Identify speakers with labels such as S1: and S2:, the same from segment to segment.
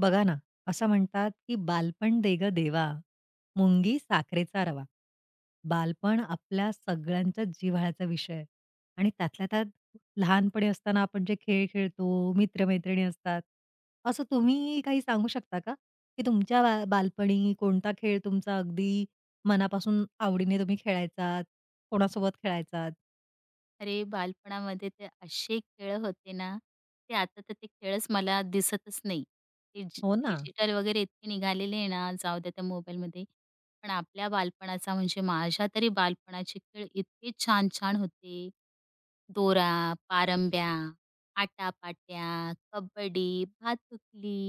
S1: बघा ना, असं म्हणतात, की "बालपण दे देवा, मुंगी साखरेचा रवा." बालपण आपल्या सगळ्यांच्याच जिव्हाळ्याचा विषय आहे आणि त्यातल्या त्यात लहानपणी असताना आपण जे खेळ खेळतो, मित्र-मैत्रिणी असतात. असं तुम्ही काही सांगू शकता का, की तुमच्या बालपणी कोणता खेळ तुमचा अगदी मनापासून आवडीने तुम्ही खेळायचात? कोणासोबत खेळायचात?
S2: अरे, बालपणामध्ये ते असे खेळ होते ना, ते आता तर ते खेळच मला दिसतच नाही. ते
S1: हो ना.
S2: डिजिटल वगैरे इतके निघालेले आहे ना, जाऊ द्या त्या मोबाईलमध्ये. पण आपल्या बालपणाचा म्हणजे माझ्या तरी बालपणाचे खेळ इतके छान-छान होते. दोरा, पारंब्या, आटापाट्या, कबड्डी,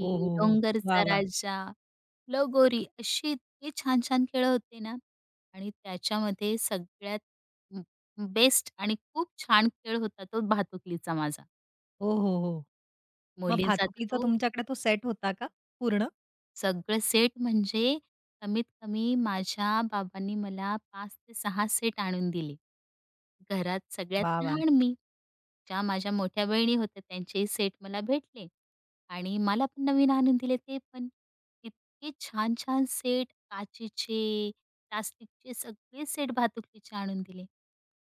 S1: हो, हो, हो. वाह,
S2: डोंगरचा
S1: वाह!
S2: राजा, लगोरी असे इतके छान छान खेळ होते ना आणि त्याच्यामध्ये सगळ्यात म, बेस्ट आणि खूप छान खेळ होता तो भातुकलीचा माझा.
S1: हो, हो, हो. मग
S2: मुलींचा तर
S1: भातुकलीचा
S2: तो
S1: तुमच्याकडे तो सेट होता का पूर्ण?
S2: सगळं सेट म्हणजे कमीत कमी माझ्या बाबांनी मला 5 ते 6 सेट आणून दिले. घरात सगळ्यात
S1: वाह, वाह!
S2: लहान मी. ज्या माझ्या मोठ्या बहिणी होत्या त्यांचेही सेट मला भेटले आणि मला पण नवीन आणून दिले ते पण. इतके छान-छान सेट काचेचे, प्लास्टिकचे सगळे सेट भातुकलीचे आणून दिले.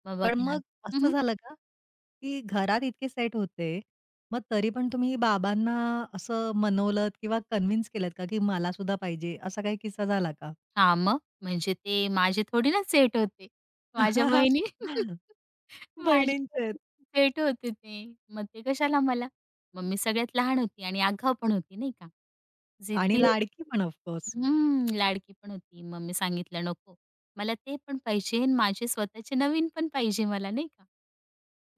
S2: मग
S1: पण
S2: बघा ना.
S1: मग
S2: हं,
S1: असं
S2: हं.
S1: झालं का, की घरात इतके सेट होते, मग तरी पण तुम्ही बाबांना असं मनवलत किंवा कन्व्हिन्स केलत का, की मला सुद्धा पाहिजे? असा काही किस्सा झाला का?
S2: हां, मग म्हणजे ते माझे थोडी ना सेट होते. माझ्या बहिणी
S1: बहिणींचे आहेत.
S2: माझ्यासाठी भेट होते ते. मग ते कशाला मला. मग मी सगळ्यात लहान होती आणि आगाऊ पण होती नाही का.
S1: आणि
S2: जिद्दी होती.
S1: लाडकी पण ऑफ कोर्स.
S2: हं, लाडकी पण होती. मग मी सांगितलं, "नको, मला ते पण पाहिजे आणि माझे स्वतःचे नवीन पण पाहिजे मला, नाही का?"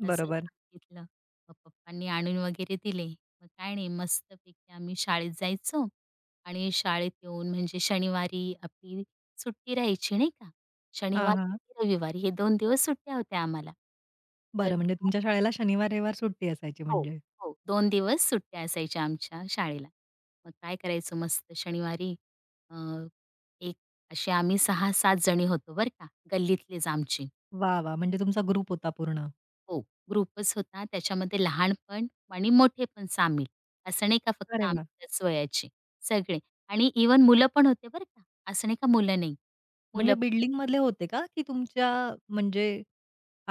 S2: असं
S1: बरोबर.
S2: सांगितलं. मग पप्पांनी आणून वगैरे दिले. मग काय नाही, मस्तपैकी आम्ही शाळेत जायचो आणि शाळेत येऊन म्हणजे शनिवारी आपली सुट्टी राहायची, नाही का?
S1: हां,
S2: शनिवार
S1: हां.
S2: आणि रविवारी हे 2 दिवस सुट्ट्या होत्या आम्हाला. तर
S1: बरं, म्हणजे तुमच्या शाळेला शनिवार, रविवार सुट्टी असायची
S2: हो,
S1: म्हणजे.
S2: हो. 2 दिवस सुट्ट्या असायच्या आमच्या शाळेला. मग काय करायचो मस्त शनिवारी अ, एक असे आम्ही 6-7 जणी होतो बरं का, गल्लीतलेच आमचे.
S1: वाह! वाह! म्हणजे तुमचा ग्रुप होता पूर्ण.
S2: हो, ग्रुपच होता त्याच्यामध्ये लहानपण आणि मोठे पण सामील. असं नाही का फक्त
S1: अरे वाह!
S2: आमच्याच वयाचे सगळे आणि इव्हन मुलं पण होते बरं का, असं नाही का मुलं नाही.
S1: म्हणजे
S2: मुलं पण
S1: बिल्डिंगमधले होते का, की तुमच्या म्हणजे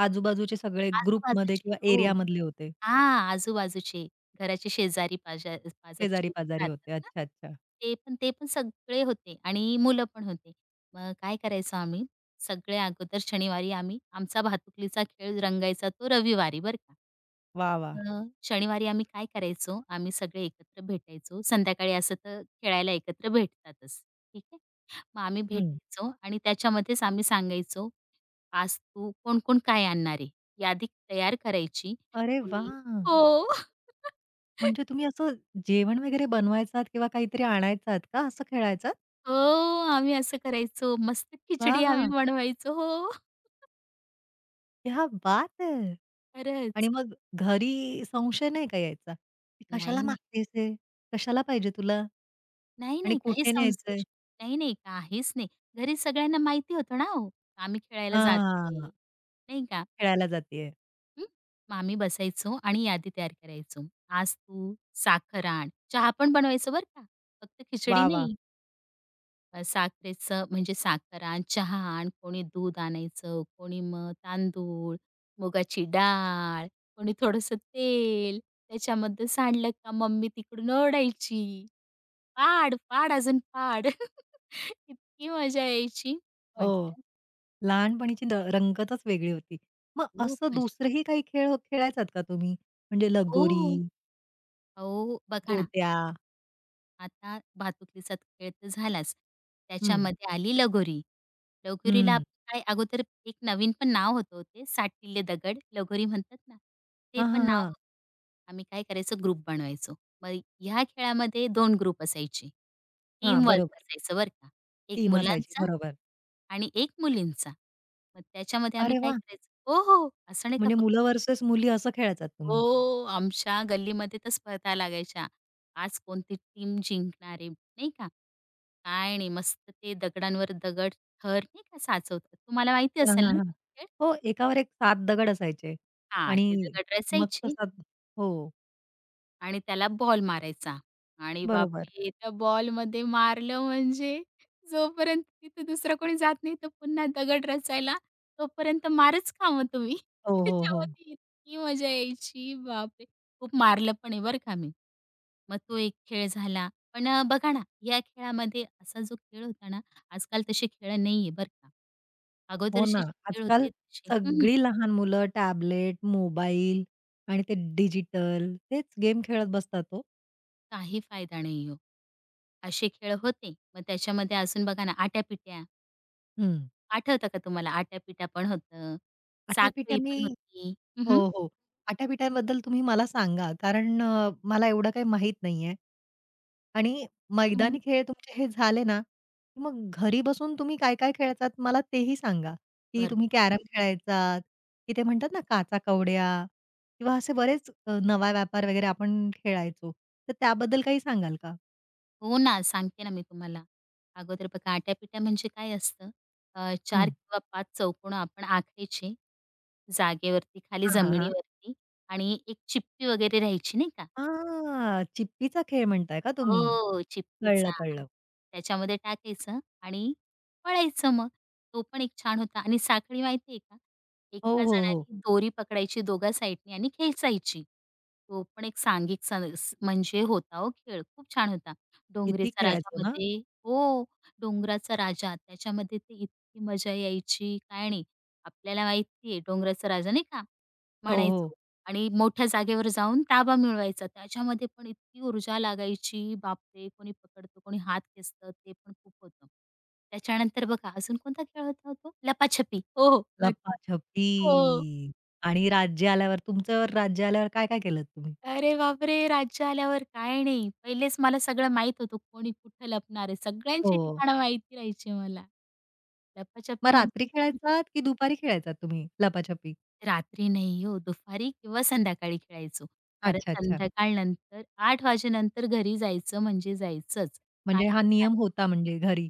S1: आजूबाजूचे सगळे ग्रुपमध्ये
S2: आजूबाजूचे.
S1: किंवा
S2: हो.
S1: एरियामधले होते?
S2: हां, आजूबाजूचे घराचे शेजारी पाजा पाजारी जे
S1: शेजारी-पाजारी
S2: राहतात
S1: होते.
S2: ना,
S1: अच्छा, अच्छा.
S2: ते पण सगळे होते आणि मुलं पण होते. मग काय करायचो आम्ही, सगळे अगोदर शनिवारी आम्ही आमचा भातुकलीचा खेळ रंगायचा तो रविवारी बरं का.
S1: वाह! वाह!
S2: अ, शनिवारी आम्ही काय करायचो, आम्ही सगळे एकत्र भेटायचो. संध्याकाळी असं तर खेळायला एकत्र भेटतातच, ठीक आहे. मग आम्ही
S1: हं.
S2: भेटायचो आणि त्याच्यामध्येच आम्ही सांगायचो आज तू कोण-कोण काय आणणार आहे? यादी तयार करायची.
S1: अरे
S2: कोणी
S1: वाह!
S2: हो.
S1: म्हणजे तुम्ही असं जेवण वगैरे बनवायचात किंवा काहीतरी आणायचात का असं खेळायचात?
S2: हो, आम्ही असं करायचो. मस्त
S1: वाह!
S2: खिचडी आम्ही
S1: वाह!
S2: बनवायचो. हो,
S1: क्या बात है! आणि
S2: खरंच.
S1: मग घरी संशय नाही का यायचा? "ती कशाला
S2: नाही, नाही.
S1: मागतेस हे? कशाला पाहिजे तुला?
S2: नाही,
S1: आणि
S2: नाही. काही
S1: कुठे
S2: संशय
S1: न्यायचंय?"
S2: नाही, नाही. काहीच नाही. घरी सगळ्यांना माहिती होतं ना हो, आम्ही खेळायला जातोय,
S1: हां,
S2: नाही का?
S1: खेळायला जातीये.
S2: हं. मग आम्ही बसायचो आणि यादी तयार करायचो. आज तू साखर आण. चहा पण बनवायचो बरं का, फक्त खिचडी
S1: वाह! वाह!
S2: नाही. साखरेचं म्हणजे साखर चहा आण, कोणी दूध आणायचं, कोणी मग तांदूळ, मुगाची डाळ, कोणी थोडंसं तेल, त्याच्यामध्ये सांडलं का मम्मी तिकडून ओरडायची, "पाड, पाड अजून पाड." इतकी मजा यायची.
S1: हो,
S2: म्हटलं
S1: लहानपणीची रंगतच वेगळी होती. मग
S2: खूप
S1: असं
S2: मजा.
S1: दुसरेही काही खेळ खेळायचात का तुम्ही? म्हणजे लगोरी,
S2: हो, अहो बघा ना
S1: गोट्या?
S2: आता भातुकलीचा खेळ तर झालाच.
S1: हं,
S2: त्याच्यामध्ये आली लगोरी. लगोरीला
S1: हं.
S2: आपण काय अगोदर एक नवीन पण नाव होतं ओ ते साठिल्ये दगड लगोरी म्हणतात ना, ते
S1: हां,
S2: पण
S1: हां,
S2: नाव
S1: हां.
S2: होतं. आम्ही काय करायचो ग्रुप बनवायचो. मग ह्या खेळामध्ये दोन ग्रुप असायचे.
S1: हां,
S2: टीम वर्क
S1: बरोबर.
S2: असायचं बरं का. एक
S1: टीम असायची.
S2: मुलांचा
S1: बरोबर.
S2: आणि एक मुलींचा. मग त्याच्यामध्ये आम्ही
S1: अरे
S2: काय
S1: वाह!
S2: करायचो हो, हो. असं नाही का
S1: म्हणजे
S2: फक्त
S1: मुलं वर्सेस मुली असं खेळायचात तुम्ही?
S2: हो, आमच्या गल्लीमध्ये तर स्पर्धा लागायच्या. आज कोणती टीम जिंकणार आहे, नाही का? काय नाही, मस्त ते दगडांवर दगड थर नाही का साचवतात. तुम्हाला माहिती
S1: हां,
S2: असेल
S1: हां,
S2: ना
S1: हां.
S2: तो खेळ?
S1: हो, एकावर एक 7 दगड असायचे
S2: हां,
S1: आणि
S2: ते दगड
S1: मग
S2: रचायचे
S1: तसा हो,
S2: आणि त्याला बॉल मारायचा. आणि
S1: बरोबर.
S2: बापरे! त्या बॉलमध्ये मारलं म्हणजे जोपर्यंत तिथे दुसरं कोणी जात नाही, तर पुन्हा दगड रचायला, तोपर्यंत मारच खा मग तुम्ही.
S1: हो, हो, हो.
S2: त्याच्यामध्ये इतकी मजा यायची. बापरे! खूप मारलं पण आहे बरं का मी. मग तो एक खेळ झाला. पण बघा ना, या खेळामध्ये असा जो खेळ होता ना, आजकाल तसे खेळ नाही बरं का.
S1: हो ना,
S2: अगोदरचे जे खेळ
S1: आजकाल
S2: होते तसे हं,
S1: सगळी लहान मुलं टॅबलेट, मोबाईल आणि ते डिजिटल तेच गेम खेळत बसतात हो.
S2: काही फायदा नाही हो. असे खेळ होते. मग त्याच्यामध्ये अजून बघा ना, आट्यापिट्या.
S1: हं.
S2: आठवतं का तुम्हाला? आट्यापिठा पण होतं,
S1: आट्यापिट्या
S2: साखळी
S1: मी
S2: पण होती. हं,
S1: हो,
S2: हं.
S1: हो. आट्यापिट्याबद्दल तुम्ही मला सांगा कारण मला एवढं काही माहीत नाहीये. आणि मैदानी खेळ तुमचे हे झाले ना, की मग घरी बसून तुम्ही काय-काय खेळायचात मला तेही सांगा, की तुम्ही
S2: भरपूर.
S1: कॅरम खेळायचात, की ते म्हणतात ना काचा-कवड्या किंवा असे बरेच नवा व्यापार वगैरे आपण खेळायचो. तर त्याबद्दल काही सांगाल का?
S2: हो ना, सांगते ना मी तुम्हाला. अगोदर बघा आट्यापिठा म्हणजे काय असतं? 4
S1: हं.
S2: किंवा 5 चौकोन आपण आखायचे जागेवरती, खाली
S1: हां, हां, हां.
S2: जमिनीवरती आणि एक चिप्पी वगैरे राहायची नाही का?
S1: हां, चिप्पीचा खेळ म्हणताय का तुम्ही?
S2: हो,
S1: कळलं,
S2: चिप्पीचा.
S1: कळलं.
S2: त्याच्यामध्ये टाकायचं आणि पळायचं मग. तो पण एक छान होता आणि साखळी माहिती का?
S1: हो,
S2: एका
S1: हो, हो.
S2: जणाने दोरी पकडायची दोघा साइडनी आणि खेचायची. तो पण एक सांघिक सणस म्हणजे होता हो खेळ. खूप छान होता.
S1: किती
S2: डोंगरेचा
S1: खेळायचो ना?
S2: राजामध्ये हो, डोंगराचा राजा त्याच्यामध्ये ते इतकी मजा यायची काय नाही. आपल्याला माहिती आहे डोंगराचा राजा नाही का
S1: हो, हो.
S2: म्हणायचो आणि मोठ्या जागेवर जाऊन ताबा मिळवायचा. त्याच्यामध्ये पण इतकी ऊर्जा लागायची. बापरे! कोणी पकडतं, कोणी हात खेचतं ते पण खूप होतं. त्याच्यानंतर बघा अजून कोणता खेळ होता हो लपाछपी. हो, हो. नक्की.
S1: लपाछपी
S2: हो.
S1: आणि राज्य आल्यावर तुमच्यावर राज्य आल्यावर काय-काय केलत तुम्ही?
S2: अरे बापरे! राज्य आल्यावर काय नाही. पहिलेच मला सगळं माहीत होतं कोणी कुठं लपणार आहे. सगळ्यांची
S1: हो.
S2: ठिकाणं माहिती राहायची मला.
S1: मग
S2: लपाछपी
S1: रात्री
S2: म्हटली का
S1: खेळायचात की दुपारी खेळायचात तुम्ही लपाछपी?
S2: रात्री नाही हो, दुपारी किंवा संध्याकाळी खेळायचो. कारण
S1: अच्छा, अच्छा.
S2: संध्याकाळनंतर 8 वाजेनंतर घरी जायचं म्हणजे जायचंच.
S1: म्हणजे हा
S2: काहीही
S1: नियम होता म्हणजे घरी.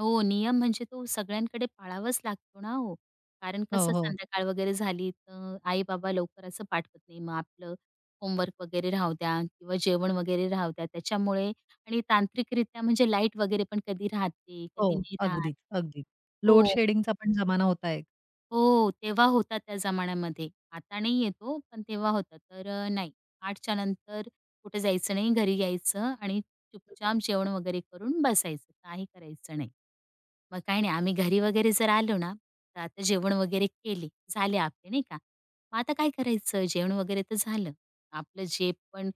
S2: हो, नियम म्हणजे तो सगळ्यांकडे पाळावाच लागतो ना हो. कारण
S1: हो,
S2: कसं
S1: हो.
S2: संध्याकाळ वगैरे झाली तर आई-बाबा लवकर असं पाठवत नाही. मग आपलं होमवर्क वगैरे राहू द्या किंवा जेवण वगैरे राहू द्या त्याच्यामुळे आणि तांत्रिकरित्या म्हणजे लाईट वगैरे पण कधी राहते,
S1: हो,
S2: कधी नाही राहत.
S1: अगदीच, अगदीच. लोड
S2: हो,
S1: शेडिंगचा पण जमाना होता एक.
S2: हो. तेव्हा होता त्या जमान्यामध्ये. आता नाही येत हो, पण तेव्हा होता. तर नाही 8च्या नंतर कुठे जायचं नाही, घरी यायचं आणि चुपचाप जेवण वगैरे करून बसायचं. काही करायचं नाही. मग काही नाही आम्ही घरी वगैरे जर आलो ना, तर आता जेवण वगैरे केले, झाले आपले नाही का. मग आता काय करायचं जेवण वगैरे तर झालं. आपलं जे पण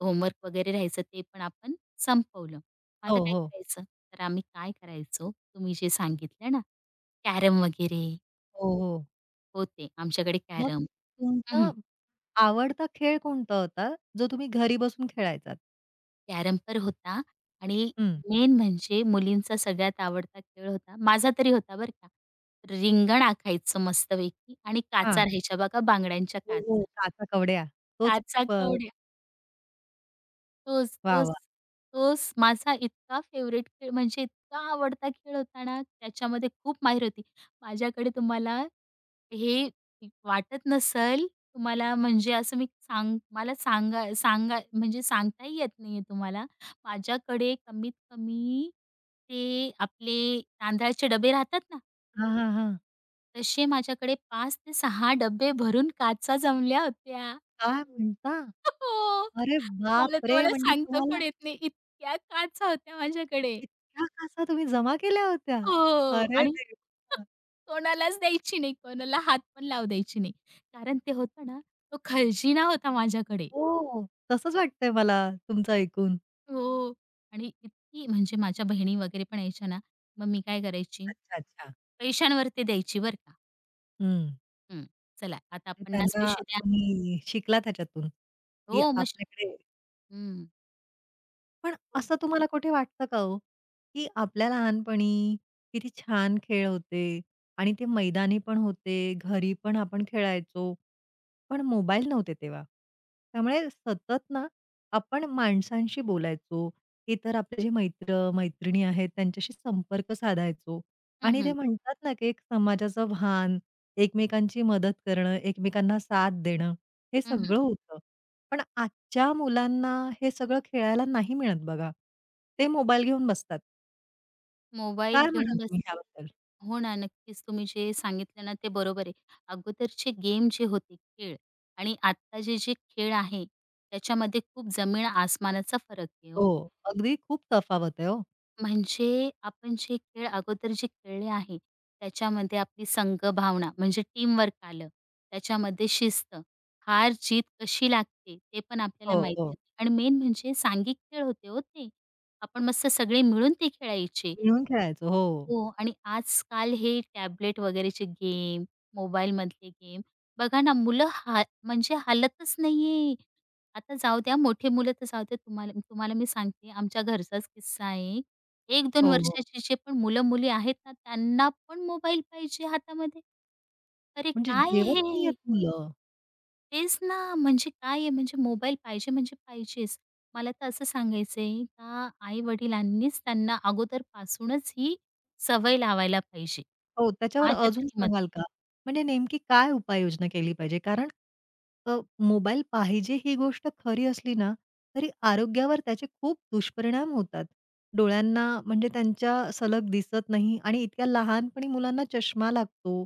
S2: होमवर्क वगैरे राहायचं ते पण आपण संपवलं. मग
S1: हो,
S2: आता काय
S1: हो.
S2: करायचं? तर आम्ही काय करायचो तुम्ही जे सांगितलं ना, कॅरम वगैरे
S1: हो, हो.
S2: होते आमच्याकडे
S1: मग
S2: कॅरम.
S1: तुमचा आवडता खेळ कोणता होता, जो तुम्ही घरी बसून खेळायचात?
S2: कॅरम तर होता आणि
S1: हं.
S2: मेन म्हणजे मुलींचा सगळ्यात आवडता खेळ होता, माझा तरी होता बरं का. रिंगण आखायचं मस्तपैकी आणि काचा
S1: हां.
S2: राहायच्या बघा बांगड्यांच्या
S1: हो,
S2: काचा,
S1: हो. काचा-कवड्या. तोच प
S2: काचा-कवडे. तोच,
S1: वाह,
S2: तोच,
S1: वाह!
S2: तोच माझा इतका फेव्हरेट खेळ म्हणजे इतका आवडता खेळ होता ना, त्याच्यामध्ये खूप माहिर होती. माझ्याकडे तुम्हाला हे वाटत नसेल, तुम्हाला म्हणजे असं मी मला सांगा सांगा म्हणजे सांगताही येत नाहीये तुम्हाला. माझ्याकडे कमीत कमी ते आपले तांदळाचे डबे राहतात ना,
S1: हां, हां, हां.
S2: तसे माझ्याकडे 5 ते 6 डब्बे भरून काचा जमल्या होत्या.
S1: काय म्हणता?
S2: हो.
S1: अरे
S2: मला
S1: बापरे!
S2: तुम्हाला
S1: म्हणजे
S2: सांगता
S1: तुम्हाला
S2: पण येत नाही. इतक्या काचा होत्या माझ्याकडे.
S1: इतक्या काचा तुम्ही जमा केल्या होत्या?
S2: हो.
S1: अरे
S2: आणि
S1: देवा!
S2: कोणालाच द्यायची नाही. कोणाला हात पण लावू द्यायची नाही. कारण ते होतं ना, तो खजिना होता माझ्याकडे.
S1: हो, तसंच वाटतंय मला तुमचं ऐकून.
S2: हो. आणि इतकी म्हणजे माझ्या बहिणी वगैरे पण यायच्या ना, मग मी काय करायची,
S1: अच्छा, अच्छा.
S2: पैशांवरती द्यायची बरं का.
S1: हं.
S2: हं. चला आता 50
S1: त्यांना
S2: पैसे द्या.
S1: तुम्ही शिकला त्याच्यातून, की
S2: हो मग
S1: आपल्याकडे
S2: हं.
S1: पण
S2: बोल.
S1: असं तुम्हाला कुठे वाटतं का हो, की आपल्या लहानपणी किती छान खेळ होते आणि ते मैदानी पण होते, घरी पण आपण खेळायचो. पण मोबाईल नव्हते तेव्हा. त्यामुळे सतत ना आपण माणसांशी बोलायचो, इतर आपले जे मित्र-मैत्रिणी आहेत त्यांच्याशी संपर्क साधायचो
S2: हं,
S1: आणि ते
S2: हं.
S1: म्हणतात ना, की एक समाजाचं भान, एकमेकांची मदत करणं, एकमेकांना साथ देणं, हे
S2: हं, हं.
S1: सगळं होतं. पण ज्या मुलांना हे सगळं खेळायला नाही मिळत बघा, ते मोबाईल घेऊन बसतात.
S2: मोबाईल
S1: काय
S2: घेऊन
S1: म्हणाल तुम्ही
S2: बसतात.
S1: ह्याबद्दल?
S2: हो ना, नक्कीच तुम्ही जे सांगितलं ना ते बरोबर आहे. अगोदरचे गेम जे होते खेळ आणि आत्ता जे जे खेळ आहे, त्याच्यामध्ये खूप जमीन आसमानाचा फरक आहे
S1: हो,
S2: हो.
S1: अगदी खूप तफावत आहे हो.
S2: म्हणजे आपण जे खेळ अगोदर जे खेळले आहे, त्याच्यामध्ये आपली संघभावना म्हणजे टीमवर्क आलं. त्याच्यामध्ये शिस्त, हार-जीत कशी लागते ते पण आपल्याला
S1: हो, हो.
S2: माहिती होतं आणि मेन म्हणजे सांघिक खेळ होते हो ते. आपण मस्त सगळे मिळून ते खेळायचे.
S1: मिळून खेळायचो. हो,
S2: हो आणि आजकाल हे टॅबलेट वगैरेचे गेम, मोबाईलमधले गेम बघा ना मुलं हा म्हणजे हालतच नाहीये. आता जाऊ द्या मोठे मुलं तर जाऊ द्या तुम्हाला तुम्हाला मी सांगते आमच्या घरचाच किस्सा आहे. एक 2
S1: हो, हो.
S2: वर्षाचे जे पण मुलं-मुली आहेत ना त्यांना पण मोबाईल पाहिजे हातामध्ये. अरे
S1: म्हणजे
S2: काय
S1: जेवत नाहीयेत
S2: हे?
S1: मुलं.
S2: तेच ना, म्हणजे काय आहे म्हणजे मोबाईल पाहिजे म्हणजे पाहिजेच. मला तर असं सांगायचं का आई-वडिलांनीच त्यांना अगोदरपासूनच ही सवय लावायला पाहिजे.
S1: हो, त्याच्यावर
S2: माझ्या
S1: अजून
S2: तरी मते.
S1: सांगाल का? म्हणजे नेमकी काय उपाययोजना केली पाहिजे? कारण अ, मोबाईल पाहिजे ही गोष्ट खरी असली ना, तरी आरोग्यावर त्याचे खूप दुष्परिणाम होतात. डोळ्यांना म्हणजे त्यांच्या सलग दिसत नाही आणि इतक्या लहानपणी मुलांना चष्मा लागतो,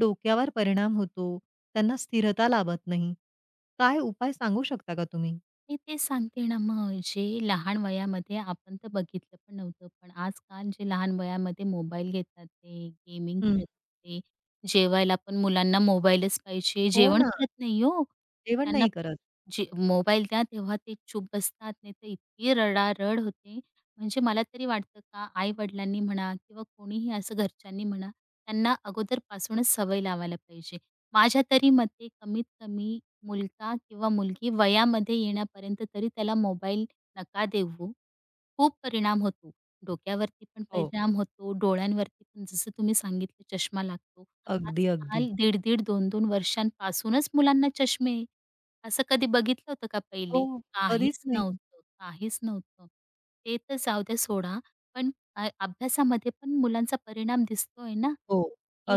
S1: डोक्यावर परिणाम होतो, त्यांना स्थिरता लाभत नाही. काय उपाय सांगू शकता का तुम्ही?
S2: मी ते सांगते ना मग जे लहान वयामध्ये आपण तर बघितलं पण नव्हतं. पण आजकाल जे लहान वयामध्ये मोबाईल घेतात ते गेमिंग
S1: हं.
S2: खेळतात ते. जेवायला पण मुलांना मोबाईलच पाहिजे.
S1: हो
S2: जेवण
S1: ना,
S2: करत नाही हो.
S1: जेवण
S2: त्यांना
S1: नाही करत.
S2: जे मोबाईल द्या तेव्हा ते चूप बसतात, नाहीतर इतकी रडारड होते. म्हणजे मला तरी वाटतं का आई-वडिलांनी म्हणा किंवा कोणीही असं घरच्यांनी म्हणा, त्यांना अगोदरपासूनच सवय लावायला पाहिजे. माझ्या तरी मते कमीत कमी मुलगा किंवा मुलगी वयामध्ये येण्यापर्यंत तरी त्याला मोबाईल नका देऊ. खूप परिणाम होतो. डोक्यावरती पण
S1: हो,
S2: परिणाम होतो, डोळ्यांवरती पण जसं तुम्ही सांगितलं चष्मा लागतो.
S1: अगदी, अगदी.
S2: आजकाल दीड-दीड, 2-2 वर्षांपासूनच मुलांना चष्मे आहे. असं कधी बघितलं होतं का
S1: हो,
S2: पहिले?
S1: कधीच
S2: काहीच
S1: नाही.
S2: नव्हतं, काहीच नव्हतं. ते तर जाऊ द्या सोडा, पण अभ्यासामध्ये पण मुलांचा परिणाम दिसतोय ना.
S1: हो,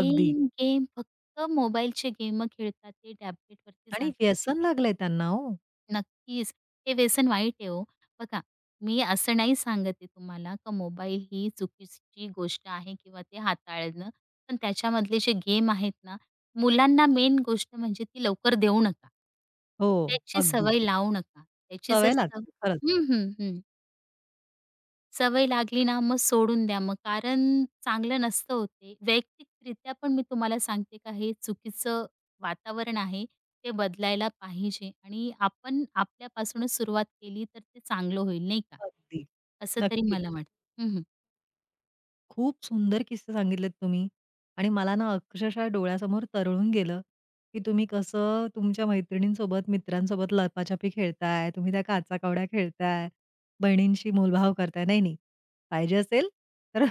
S1: अगदी.
S2: गेम फक्त मोबाईलचे गेम खेळतात, ते टॅबलेटवरती
S1: आणि
S2: जातात.
S1: व्यसन लागलंय त्यांना हो.
S2: नक्कीच. हे व्यसन वाईट आहे हो. बघा, मी असं नाही सांगत आहे तुम्हाला का मोबाईल ही चुकीची गोष्ट आहे किंवा ते हाताळणं. पण त्याच्यामधले जे गेम आहेत ना, मुलांना मेन गोष्ट म्हणजे ती लवकर देऊ नका.
S1: हो,
S2: त्याची
S1: अगदी.
S2: सवय लावू नका. त्याची जर
S1: सवय
S2: सव
S1: लागते खरंच.
S2: हं, हं, हं. सवय लागली ना, मग सोडून द्या मग. कारण चांगलं नसतं हो वैयक्तिकरित्या पण मी तुम्हाला सांगते का हे चुकीचं वातावरण आहे. ते बदलायला पाहिजे आणि आपण आपल्यापासूनच सुरुवात केली तर ते चांगलं होईल नाही का?
S1: अगदी.
S2: असं तरी
S1: नक्कीच.
S2: मला वाटतं. हं,
S1: खूप सुंदर किस्से सांगितलेत तुम्ही आणि मला ना अक्षरशः डोळ्यासमोर तरळून गेलं, की तुम्ही कसं तुमच्या मैत्रिणींसोबत, मित्रांसोबत लपाछपी खेळताय, तुम्ही त्या काचा-कवड्या खेळताय, बहिणींशी मोलभाव करताय. नाही, नाही. पाहिजे असेल तर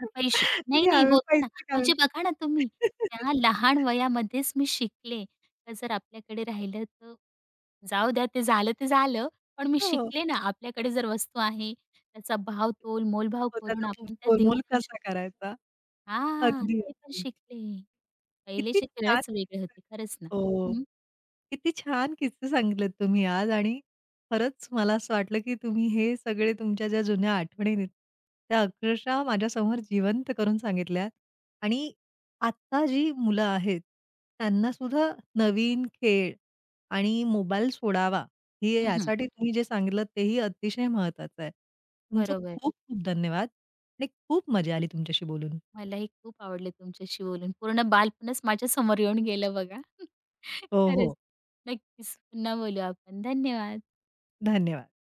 S2: तर पैसे नाही, नाही
S1: घ्यावे
S2: होतं ना.
S1: पैसे घ्यावे.
S2: म्हणजे बघा ना तुम्ही, त्या लहान वयामध्येच मी शिकले. तर जर आपल्याकडे राहिलं तर जाऊ द्या ते झालं ते झालं. पण मी
S1: हो.
S2: शिकले ना, आपल्याकडे जर वस्तू आहे, त्याचा भाव तोल मोलभाव करून
S1: स्वतःचा
S2: आपण त्या देऊ
S1: गोलमोल
S2: पण
S1: कसा
S2: शकतो.
S1: करायचा.
S2: हां,
S1: अगदी,
S2: ते पण
S1: अगदी.
S2: शिकले.
S1: किती
S2: पहिलेचे
S1: छान
S2: खेळच वेगळे
S1: किस्सा.
S2: होते खरंच ना.
S1: हो.
S2: हं,
S1: किती छान किस्से सांगितलेत तुम्ही आज आणि खरंच मला असं वाटलं, की तुम्ही हे सगळे तुमच्या ज्या जुन्या आठवणी आहेत, त्या अक्षरशः माझ्यासमोर जिवंत करून सांगितल्यात आणि आत्ता जी मुलं आहेत, त्यांना सुद्धा नवीन खेळ आणि मोबाईल सोडावा, हे
S2: हं,
S1: यासाठी तुम्ही जे सांगितलं तेही अतिशय महत्वाचं आहे. तुमचं
S2: बरोबर.
S1: खूप खूप धन्यवाद आणि खूप मजा आली तुमच्याशी बोलून.
S2: मलाही खूप आवडलं तुमच्याशी बोलून. पूर्ण बालपणच माझ्यासमोर येऊन गेलं बघा.
S1: हो,
S2: खरंच.
S1: हो.
S2: नक्कीच. पुन्हा बोलू आपण. धन्यवाद.
S1: धन्यवाद.